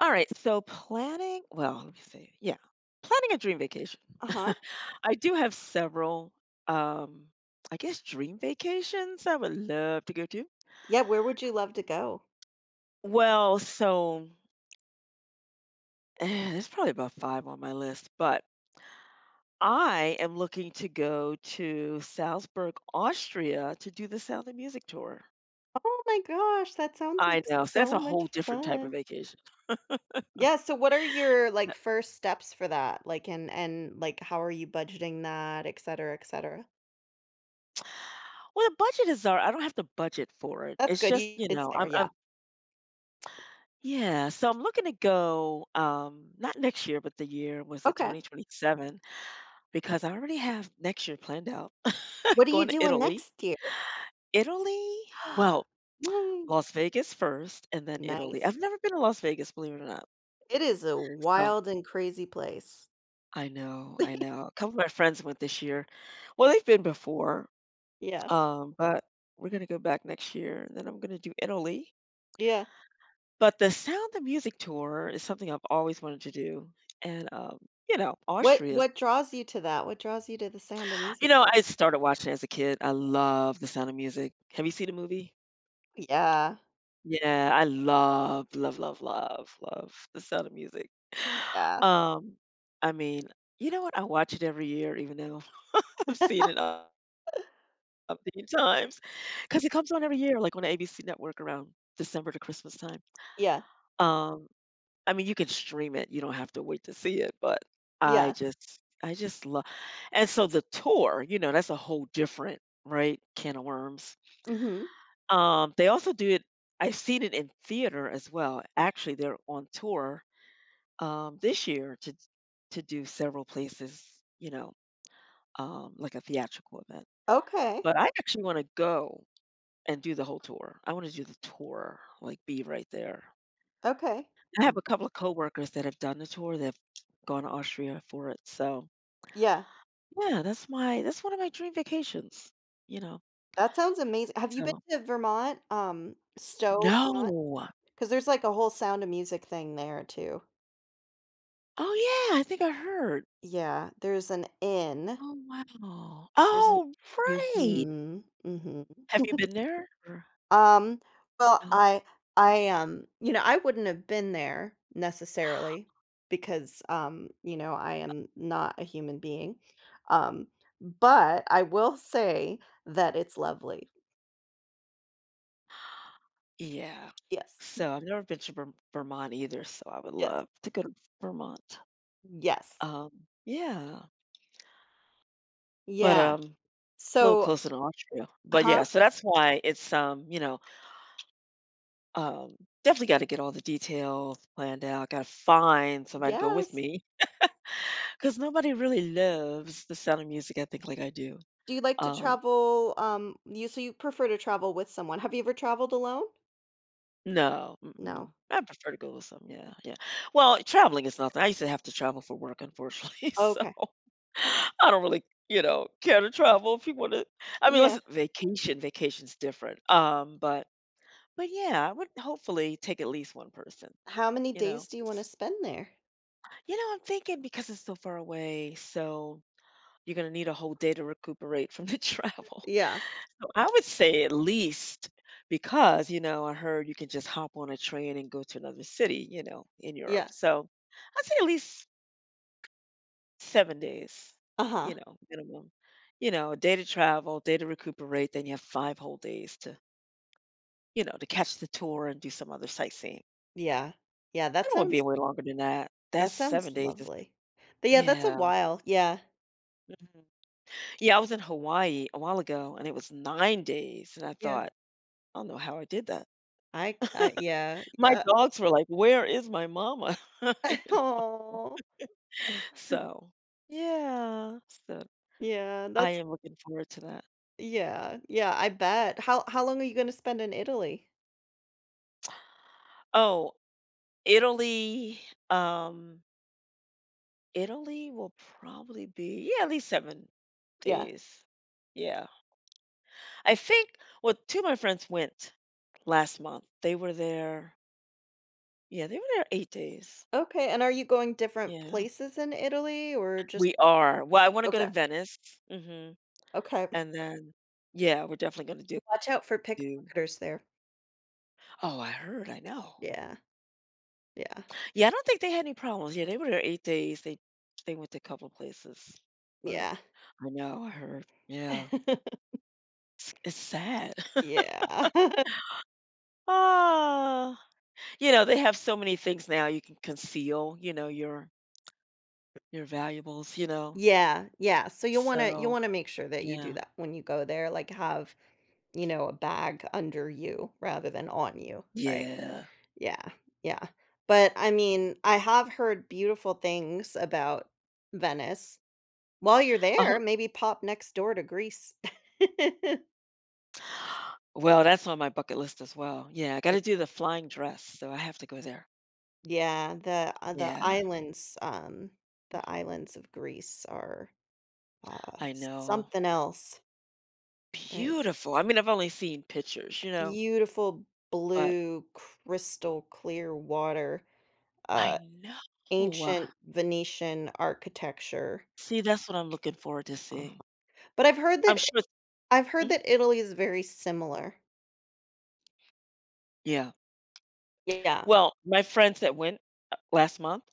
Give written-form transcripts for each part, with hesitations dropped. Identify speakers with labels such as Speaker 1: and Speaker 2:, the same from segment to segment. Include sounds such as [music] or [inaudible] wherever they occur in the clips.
Speaker 1: All right, so planning, well, let me see. Yeah, planning a dream vacation.
Speaker 2: Uh-huh.
Speaker 1: [laughs] I do have several, um, I guess, dream vacations I would love to go to.
Speaker 2: Yeah, where would you love to go?
Speaker 1: Well, so [sighs] there's probably about five on my list, but I am looking to go to Salzburg, Austria to do the Sound of Music tour.
Speaker 2: Oh my gosh, that sounds
Speaker 1: I
Speaker 2: like
Speaker 1: know. So that's
Speaker 2: so
Speaker 1: a
Speaker 2: much
Speaker 1: whole different type of
Speaker 2: fun.
Speaker 1: vacation.
Speaker 2: Yeah, so what are your first steps for that? Like and like how are you budgeting that, et cetera, et cetera?
Speaker 1: Well, the budget is all right. I don't have to budget for it.
Speaker 2: That's
Speaker 1: It's
Speaker 2: good.
Speaker 1: just,
Speaker 2: You,
Speaker 1: you
Speaker 2: it's
Speaker 1: know,
Speaker 2: there,
Speaker 1: I'm,
Speaker 2: yeah.
Speaker 1: I'm yeah, so I'm looking to go, not next year, but the year, was it
Speaker 2: Okay.
Speaker 1: 2027? Because I already have next year planned out.
Speaker 2: What
Speaker 1: [laughs]
Speaker 2: are you
Speaker 1: Going to
Speaker 2: doing
Speaker 1: Italy.
Speaker 2: next year?
Speaker 1: Italy? Well,
Speaker 2: [gasps] Yay.
Speaker 1: Las Vegas first and then Italy.
Speaker 2: Nice.
Speaker 1: I've never been to Las Vegas, believe it or not.
Speaker 2: It is a
Speaker 1: So
Speaker 2: wild and crazy place.
Speaker 1: I know, I
Speaker 2: [laughs]
Speaker 1: know. A couple of my friends went this year. Well, they've been before,
Speaker 2: Yeah.
Speaker 1: but we're gonna go back next year, and then I'm gonna do Italy.
Speaker 2: Yeah.
Speaker 1: But the Sound of Music tour is something I've always wanted to do. And you know,
Speaker 2: What
Speaker 1: Austria.
Speaker 2: what draws you to that? What draws you to the Sound of
Speaker 1: You
Speaker 2: Music
Speaker 1: know, I
Speaker 2: tour?
Speaker 1: started watching as a kid. I love The Sound of Music. Have you seen the movie?
Speaker 2: Yeah.
Speaker 1: Yeah, I love, love, love, love, love The Sound of Music. [sighs]
Speaker 2: Yeah.
Speaker 1: Um, I mean, you know what? I watch it every year, even though [laughs] I've seen it a few times, because it comes on every year, like on the ABC network around December to Christmas time.
Speaker 2: Yeah.
Speaker 1: Um, you can stream it. You don't have to wait to see it, but
Speaker 2: Yeah.
Speaker 1: I just love. And so the tour, you know, that's a whole different, right, can of worms.
Speaker 2: Mhm.
Speaker 1: They also do it. I've seen it in theater as well. Actually, they're on tour, this year to do several places, you know, like a theatrical event.
Speaker 2: Okay,
Speaker 1: But I actually wanna go and do the whole tour. I wanna do the tour, like, be right there.
Speaker 2: okay.
Speaker 1: I have a couple of coworkers that have done the tour, they've gone to Austria for it, so
Speaker 2: Yeah,
Speaker 1: yeah, that's one of my dream vacations, you know,
Speaker 2: that sounds amazing. Have you been
Speaker 1: so
Speaker 2: to Vermont? Stowe, Vermont?
Speaker 1: no.
Speaker 2: Because there's, like, a whole Sound of Music thing there too.
Speaker 1: Oh, yeah, I think I heard.
Speaker 2: Yeah, there's an inn.
Speaker 1: Oh, wow.
Speaker 2: There's an
Speaker 1: Oh, right.
Speaker 2: Mhm, mhm.
Speaker 1: Have you been there? Or
Speaker 2: Um, well,
Speaker 1: no?
Speaker 2: I I, um you know, I wouldn't have been there necessarily because, you know, I am not a human being. Um, but I will say that it's lovely.
Speaker 1: Yeah.
Speaker 2: Yes,
Speaker 1: So I've never been to Vermont either, so I would
Speaker 2: yes,
Speaker 1: love to go to Vermont.
Speaker 2: yes.
Speaker 1: Um, yeah, but,
Speaker 2: Yeah.
Speaker 1: um, a little
Speaker 2: So
Speaker 1: closer to Austria. But,
Speaker 2: Huh?
Speaker 1: yeah, so that's why it's, um, definitely gotta get all the details planned out, gotta find somebody to go with
Speaker 2: Yes.
Speaker 1: me. Cause nobody really loves the Sound of Music, I think, like I do.
Speaker 2: Do you like to
Speaker 1: Um
Speaker 2: travel, you so you prefer to travel with someone. Have you ever traveled alone?
Speaker 1: No,
Speaker 2: No.
Speaker 1: mm-mm. I prefer to go with some, yeah, yeah. Well, traveling is nothing. I used to have to travel for work, unfortunately, [laughs] so
Speaker 2: Okay.
Speaker 1: I don't really, you know, care to travel if you want to. I mean,
Speaker 2: Yeah.
Speaker 1: listen, vacation's different. But yeah, I would hopefully take at least one person,
Speaker 2: How many
Speaker 1: you know.
Speaker 2: days do you wanna
Speaker 1: 'cause
Speaker 2: spend there?
Speaker 1: you know, I'm thinking because it's so far away, so you're gonna need a whole day to recuperate from the [laughs] travel.
Speaker 2: Yeah,
Speaker 1: So I would say at least because, you know, I heard you can just hop on a train and go to another city, you know, in Europe.
Speaker 2: yeah.
Speaker 1: So I'd say at least 7 days,
Speaker 2: Uh-huh.
Speaker 1: you know, minimum. You know, a day to travel, day to recuperate, then you have five whole days to, you know, to catch the tour and do some other sightseeing.
Speaker 2: Yeah. Yeah,
Speaker 1: I
Speaker 2: that
Speaker 1: don't want to be
Speaker 2: sounds
Speaker 1: away longer than that. That's
Speaker 2: that
Speaker 1: seven
Speaker 2: sounds
Speaker 1: days.
Speaker 2: lovely. But, yeah, that's a
Speaker 1: Yeah.
Speaker 2: while. Yeah.
Speaker 1: Mhm. Yeah, I was in Hawaii a while ago and it was 9 days. And I
Speaker 2: Yeah.
Speaker 1: thought, I don't know how I did that.
Speaker 2: I, yeah,
Speaker 1: My
Speaker 2: yeah.
Speaker 1: dogs were like, "Where is my mama?" [laughs] You
Speaker 2: [laughs]
Speaker 1: know?
Speaker 2: Oh.
Speaker 1: So, yeah, so
Speaker 2: Yeah,
Speaker 1: I
Speaker 2: that's
Speaker 1: am looking forward to that.
Speaker 2: yeah, yeah, I bet. How long are you gonna spend in Italy?
Speaker 1: Oh, Italy, um, Italy will probably be, yeah, at least 7
Speaker 2: Yeah.
Speaker 1: days. Yeah. I think well, 2 of my friends went last month. They were there yeah, they were there 8 days.
Speaker 2: Okay, and are you going different
Speaker 1: Yeah.
Speaker 2: places in Italy or just
Speaker 1: We are. Well, I wanna go to
Speaker 2: Okay,
Speaker 1: Venice. Mhm,
Speaker 2: okay.
Speaker 1: and then yeah, we're definitely gonna do
Speaker 2: [laughs] Watch out for
Speaker 1: do
Speaker 2: pickpocketers there.
Speaker 1: Oh, I heard, I know.
Speaker 2: Yeah, yeah,
Speaker 1: Yeah, I don't think they had any problems. Yeah, they were there 8 days. They went to a couple places. But
Speaker 2: yeah.
Speaker 1: I know, I heard. Yeah.
Speaker 2: [laughs]
Speaker 1: It's sad. [laughs]
Speaker 2: Yeah. [laughs]
Speaker 1: Ah. You know, they have so many things now you can conceal, you know, your valuables, you know.
Speaker 2: Yeah, yeah, so you'll
Speaker 1: So,
Speaker 2: wanna make sure that you do
Speaker 1: yeah.
Speaker 2: that when you go there, like, have, you know, a bag under you rather than on you, right?
Speaker 1: Yeah.
Speaker 2: Yeah, yeah. But, I mean, I have heard beautiful things about Venice. While you're
Speaker 1: Uh-huh.
Speaker 2: there, maybe pop next door to Greece. [laughs]
Speaker 1: Well, that's on my bucket list as well. Yeah, I
Speaker 2: Yeah.
Speaker 1: gotta do the flying dress, so I have to go there.
Speaker 2: Yeah,
Speaker 1: Yeah,
Speaker 2: the islands of Greece are, uh,
Speaker 1: I know.
Speaker 2: something else. It's
Speaker 1: Beautiful. I mean, I've only seen pictures, you know,
Speaker 2: beautiful
Speaker 1: but
Speaker 2: blue, crystal clear water,
Speaker 1: I
Speaker 2: uh,
Speaker 1: know.
Speaker 2: ancient Venetian architecture.
Speaker 1: See, that's what I'm looking forward to
Speaker 2: uh
Speaker 1: seeing.
Speaker 2: But
Speaker 1: I'm sure.
Speaker 2: I've heard
Speaker 1: Mhm.
Speaker 2: that Italy is very similar.
Speaker 1: Yeah.
Speaker 2: Yeah.
Speaker 1: Well, my friends that went, last month,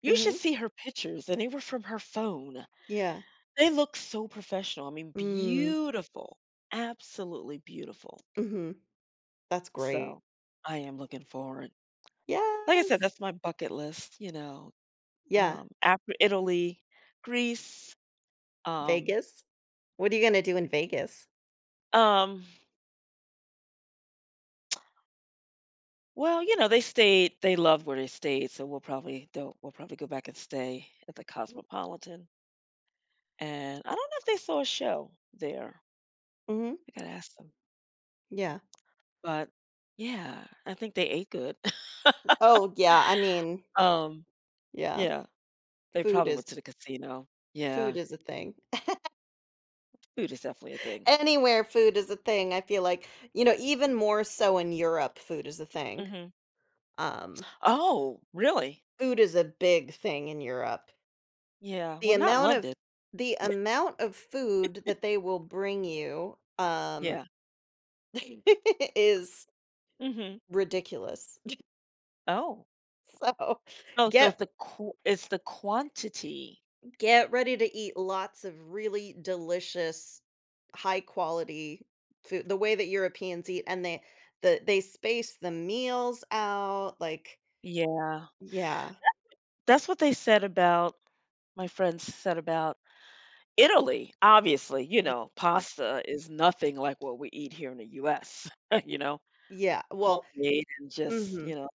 Speaker 1: you should
Speaker 2: Mhm.
Speaker 1: see her pictures, and they were from her phone.
Speaker 2: Yeah.
Speaker 1: They look so professional. I mean,
Speaker 2: Mm.
Speaker 1: beautiful, absolutely beautiful.
Speaker 2: Mhm. That's great.
Speaker 1: So, I am looking forward. Like I said,
Speaker 2: Yes.
Speaker 1: that's my bucket list, you know,
Speaker 2: Yeah.
Speaker 1: after Italy, Greece, um,
Speaker 2: Vegas? What are you gonna do in Vegas?
Speaker 1: um well, you know, they loved where they stayed, so we'll probably don't. We'll probably go back and stay at the Cosmopolitan, and I don't know if they saw a show there.
Speaker 2: Mhm.
Speaker 1: I gotta ask them,
Speaker 2: Yeah.
Speaker 1: but yeah, I think they ate good. [laughs]
Speaker 2: Oh, yeah, I mean,
Speaker 1: Um,
Speaker 2: yeah,
Speaker 1: yeah, they
Speaker 2: food
Speaker 1: probably
Speaker 2: is
Speaker 1: went to the casino. Yeah,
Speaker 2: food is a thing.
Speaker 1: food is definitely a
Speaker 2: [laughs]
Speaker 1: thing.
Speaker 2: Anywhere food is a thing, I feel like, you know, even more so in Europe, food is a thing.
Speaker 1: Mhm.
Speaker 2: Um,
Speaker 1: Oh, really?
Speaker 2: Food is a big thing in Europe.
Speaker 1: Yeah,
Speaker 2: The
Speaker 1: well, not
Speaker 2: amount of
Speaker 1: London.
Speaker 2: the amount of food that they will bring you,
Speaker 1: Yeah.
Speaker 2: [laughs] is
Speaker 1: Mhm.
Speaker 2: ridiculous. [laughs]
Speaker 1: Oh.
Speaker 2: So,
Speaker 1: Oh, so it's
Speaker 2: get
Speaker 1: the qu it's the quantity.
Speaker 2: get ready to eat lots of really delicious, high quality food, the way that Europeans eat, and they space the meals out, like
Speaker 1: Yeah,
Speaker 2: yeah.
Speaker 1: that's what they said about. My friends said about Italy, obviously, you know,
Speaker 2: Yeah.
Speaker 1: pasta is nothing like what we eat here in the US, [laughs] you know,
Speaker 2: Yeah, well
Speaker 1: homemade and just,
Speaker 2: mhm.
Speaker 1: you know,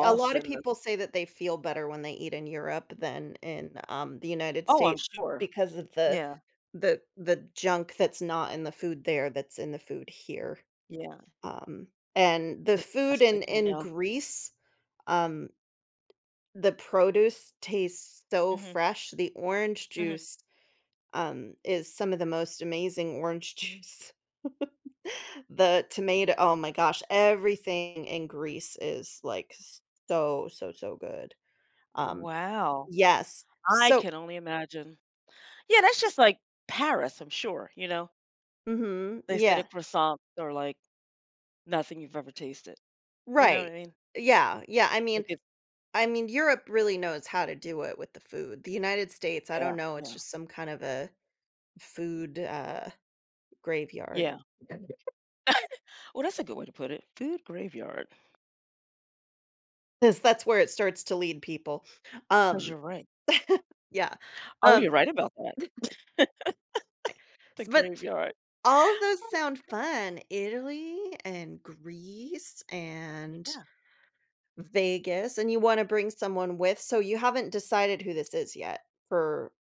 Speaker 2: A lot of
Speaker 1: and the.
Speaker 2: people say that they feel better when they eat in Europe than in, the United
Speaker 1: Oh, I'm
Speaker 2: States
Speaker 1: sure.
Speaker 2: because of the
Speaker 1: Yeah,
Speaker 2: the the junk that's not in the food there that's in the food here.
Speaker 1: yeah,
Speaker 2: Um, and the food
Speaker 1: disgusting, I
Speaker 2: in
Speaker 1: know.
Speaker 2: Greece, um The produce tastes so
Speaker 1: Mhm,
Speaker 2: fresh, the orange
Speaker 1: mhm.
Speaker 2: juice, is some of the most amazing orange juice. [laughs] The tomato oh my gosh, everything in Greece is, like, so, so, so good. Um,
Speaker 1: Wow,
Speaker 2: yes.
Speaker 1: I
Speaker 2: So
Speaker 1: can only imagine. Yeah, that's just like Paris, I'm sure, you know?
Speaker 2: Mhm,
Speaker 1: They say the
Speaker 2: yeah,
Speaker 1: croissants are like nothing you've ever tasted, you know what
Speaker 2: right.
Speaker 1: I mean?
Speaker 2: Yeah, yeah.
Speaker 1: Like it's
Speaker 2: I mean, Europe really knows how to do it with the food. The United States, I don't
Speaker 1: yeah,
Speaker 2: know, it's
Speaker 1: yeah,
Speaker 2: just some kind of a food, graveyard.
Speaker 1: yeah. Well, that's a good way to put it, food graveyard.
Speaker 2: 'Cause that's where it starts to lead people.
Speaker 1: Because 'cause
Speaker 2: Um,
Speaker 1: you're right.
Speaker 2: yeah.
Speaker 1: Oh,
Speaker 2: Um,
Speaker 1: you're right about that. [laughs] The
Speaker 2: s but
Speaker 1: graveyard.
Speaker 2: all of those sound fun, Italy and Greece and
Speaker 1: Yeah.
Speaker 2: Vegas, and you wanna bring someone with so you haven't decided who this is yet for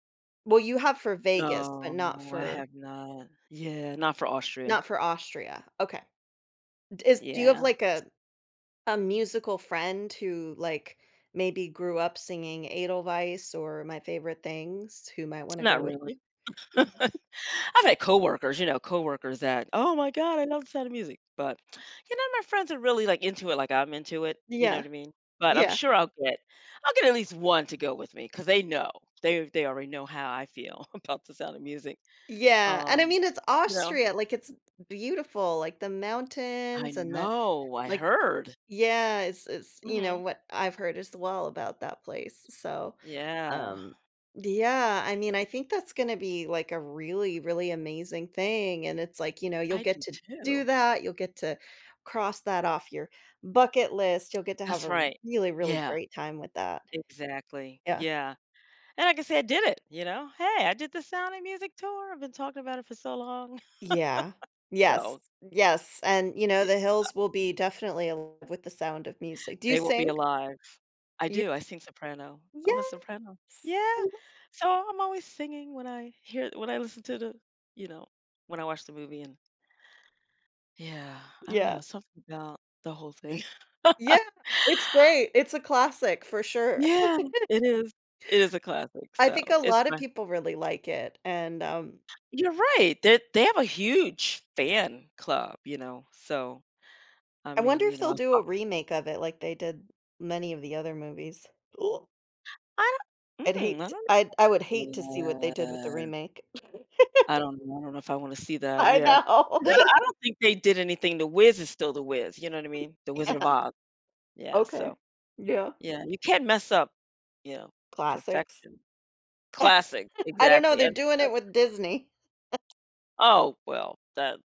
Speaker 2: well, you have for Vegas, but not
Speaker 1: No, I
Speaker 2: for
Speaker 1: have not. Yeah, not for Austria.
Speaker 2: not for Austria. Okay. D is Do you have,
Speaker 1: Yeah,
Speaker 2: like, a musical friend who, like, maybe grew up singing Edelweiss or My Favorite Things who might wanna go
Speaker 1: not
Speaker 2: with
Speaker 1: really.
Speaker 2: you?
Speaker 1: [laughs]
Speaker 2: No,
Speaker 1: I've had coworkers, you know, coworkers that, "Oh my god, I love the sound of music," but, you know, my friends are really, like, into it like I'm into it, you know
Speaker 2: yeah.
Speaker 1: what I mean? But
Speaker 2: Yeah.
Speaker 1: I'll get at least one to go with me because they know. They already know how I feel [laughs] about the sound of music.
Speaker 2: Yeah, and I
Speaker 1: Um,
Speaker 2: mean, it's
Speaker 1: you know
Speaker 2: Austria, like, it's beautiful, like, the
Speaker 1: I
Speaker 2: mountains and the
Speaker 1: know, I
Speaker 2: like
Speaker 1: heard.
Speaker 2: yeah, it's, you know,
Speaker 1: Mhm.
Speaker 2: what I've heard as well about that place, so,
Speaker 1: Yeah.
Speaker 2: um yeah, I mean, I think that's gonna be, like, a really, really amazing thing, and it's like, you know, you'll
Speaker 1: I
Speaker 2: get
Speaker 1: do
Speaker 2: to do
Speaker 1: too.
Speaker 2: that, you'll get to cross that off your bucket list, you'll get to have
Speaker 1: That's
Speaker 2: a
Speaker 1: right.
Speaker 2: really, really
Speaker 1: Yeah,
Speaker 2: great time with that.
Speaker 1: exactly.
Speaker 2: Yeah.
Speaker 1: Yeah, and like I can say I did it, you know? "Hey, I did the Sound and Music tour. I've been talking about it for so long." [laughs]
Speaker 2: Yeah. Yes.
Speaker 1: So,
Speaker 2: Yes, and, you know,
Speaker 1: y
Speaker 2: the hills will be definitely alive with the sound of music. Do you
Speaker 1: they will be
Speaker 2: sing?
Speaker 1: alive. I
Speaker 2: You
Speaker 1: do, I sing soprano. I'm a
Speaker 2: Yes.
Speaker 1: soprano.
Speaker 2: I
Speaker 1: Yeah,
Speaker 2: love
Speaker 1: so I'm always singing when I hear when I listen to the you know, when I watch the movie and yeah, I don't know,
Speaker 2: Yeah.
Speaker 1: something about the whole thing.
Speaker 2: Yeah.
Speaker 1: [laughs]
Speaker 2: It's great. It's a classic for sure.
Speaker 1: Yeah, it is. It is a classic,
Speaker 2: I
Speaker 1: so
Speaker 2: think a
Speaker 1: it's
Speaker 2: lot of
Speaker 1: my
Speaker 2: people really like it, and,
Speaker 1: you're right. They have a huge fan club, you know, so, I
Speaker 2: I wonder
Speaker 1: mean, you
Speaker 2: if
Speaker 1: know,
Speaker 2: they'll
Speaker 1: I
Speaker 2: do a
Speaker 1: thought.
Speaker 2: remake of it like they did many of the other movies. Ooh,
Speaker 1: I don't
Speaker 2: I'd
Speaker 1: mm, I
Speaker 2: hate
Speaker 1: don't
Speaker 2: I would hate to see what they
Speaker 1: know.
Speaker 2: did with the
Speaker 1: Yeah.
Speaker 2: remake. [laughs]
Speaker 1: I don't know if I wanna see that,
Speaker 2: I
Speaker 1: yeah.
Speaker 2: know.
Speaker 1: 'Cause
Speaker 2: [laughs]
Speaker 1: I don't think they did anything. The Wiz is still The Wiz, you know what I mean? The Wizard
Speaker 2: Yeah.
Speaker 1: of Oz. Yeah,
Speaker 2: Okay.
Speaker 1: so
Speaker 2: Yeah.
Speaker 1: yeah, you can't mess up, you know,
Speaker 2: Classics.
Speaker 1: perfection. Classic,
Speaker 2: I don't know,
Speaker 1: exactly,
Speaker 2: they're
Speaker 1: and [laughs]
Speaker 2: doing it
Speaker 1: perfection.
Speaker 2: with Disney.
Speaker 1: Oh, well, that's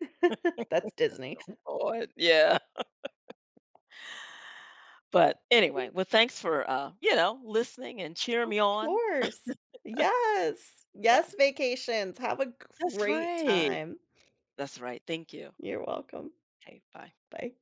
Speaker 2: [laughs] That's Disney.
Speaker 1: on, yeah. But
Speaker 2: Yeah,
Speaker 1: anyway, well, thanks for, you know, listening and cheering
Speaker 2: of
Speaker 1: me on,
Speaker 2: course. Yes. Yes,
Speaker 1: so
Speaker 2: vacations. Have a
Speaker 1: that's
Speaker 2: great
Speaker 1: right.
Speaker 2: time.
Speaker 1: That's right. Thank you.
Speaker 2: You're welcome.
Speaker 1: Okay, bye.
Speaker 2: Bye.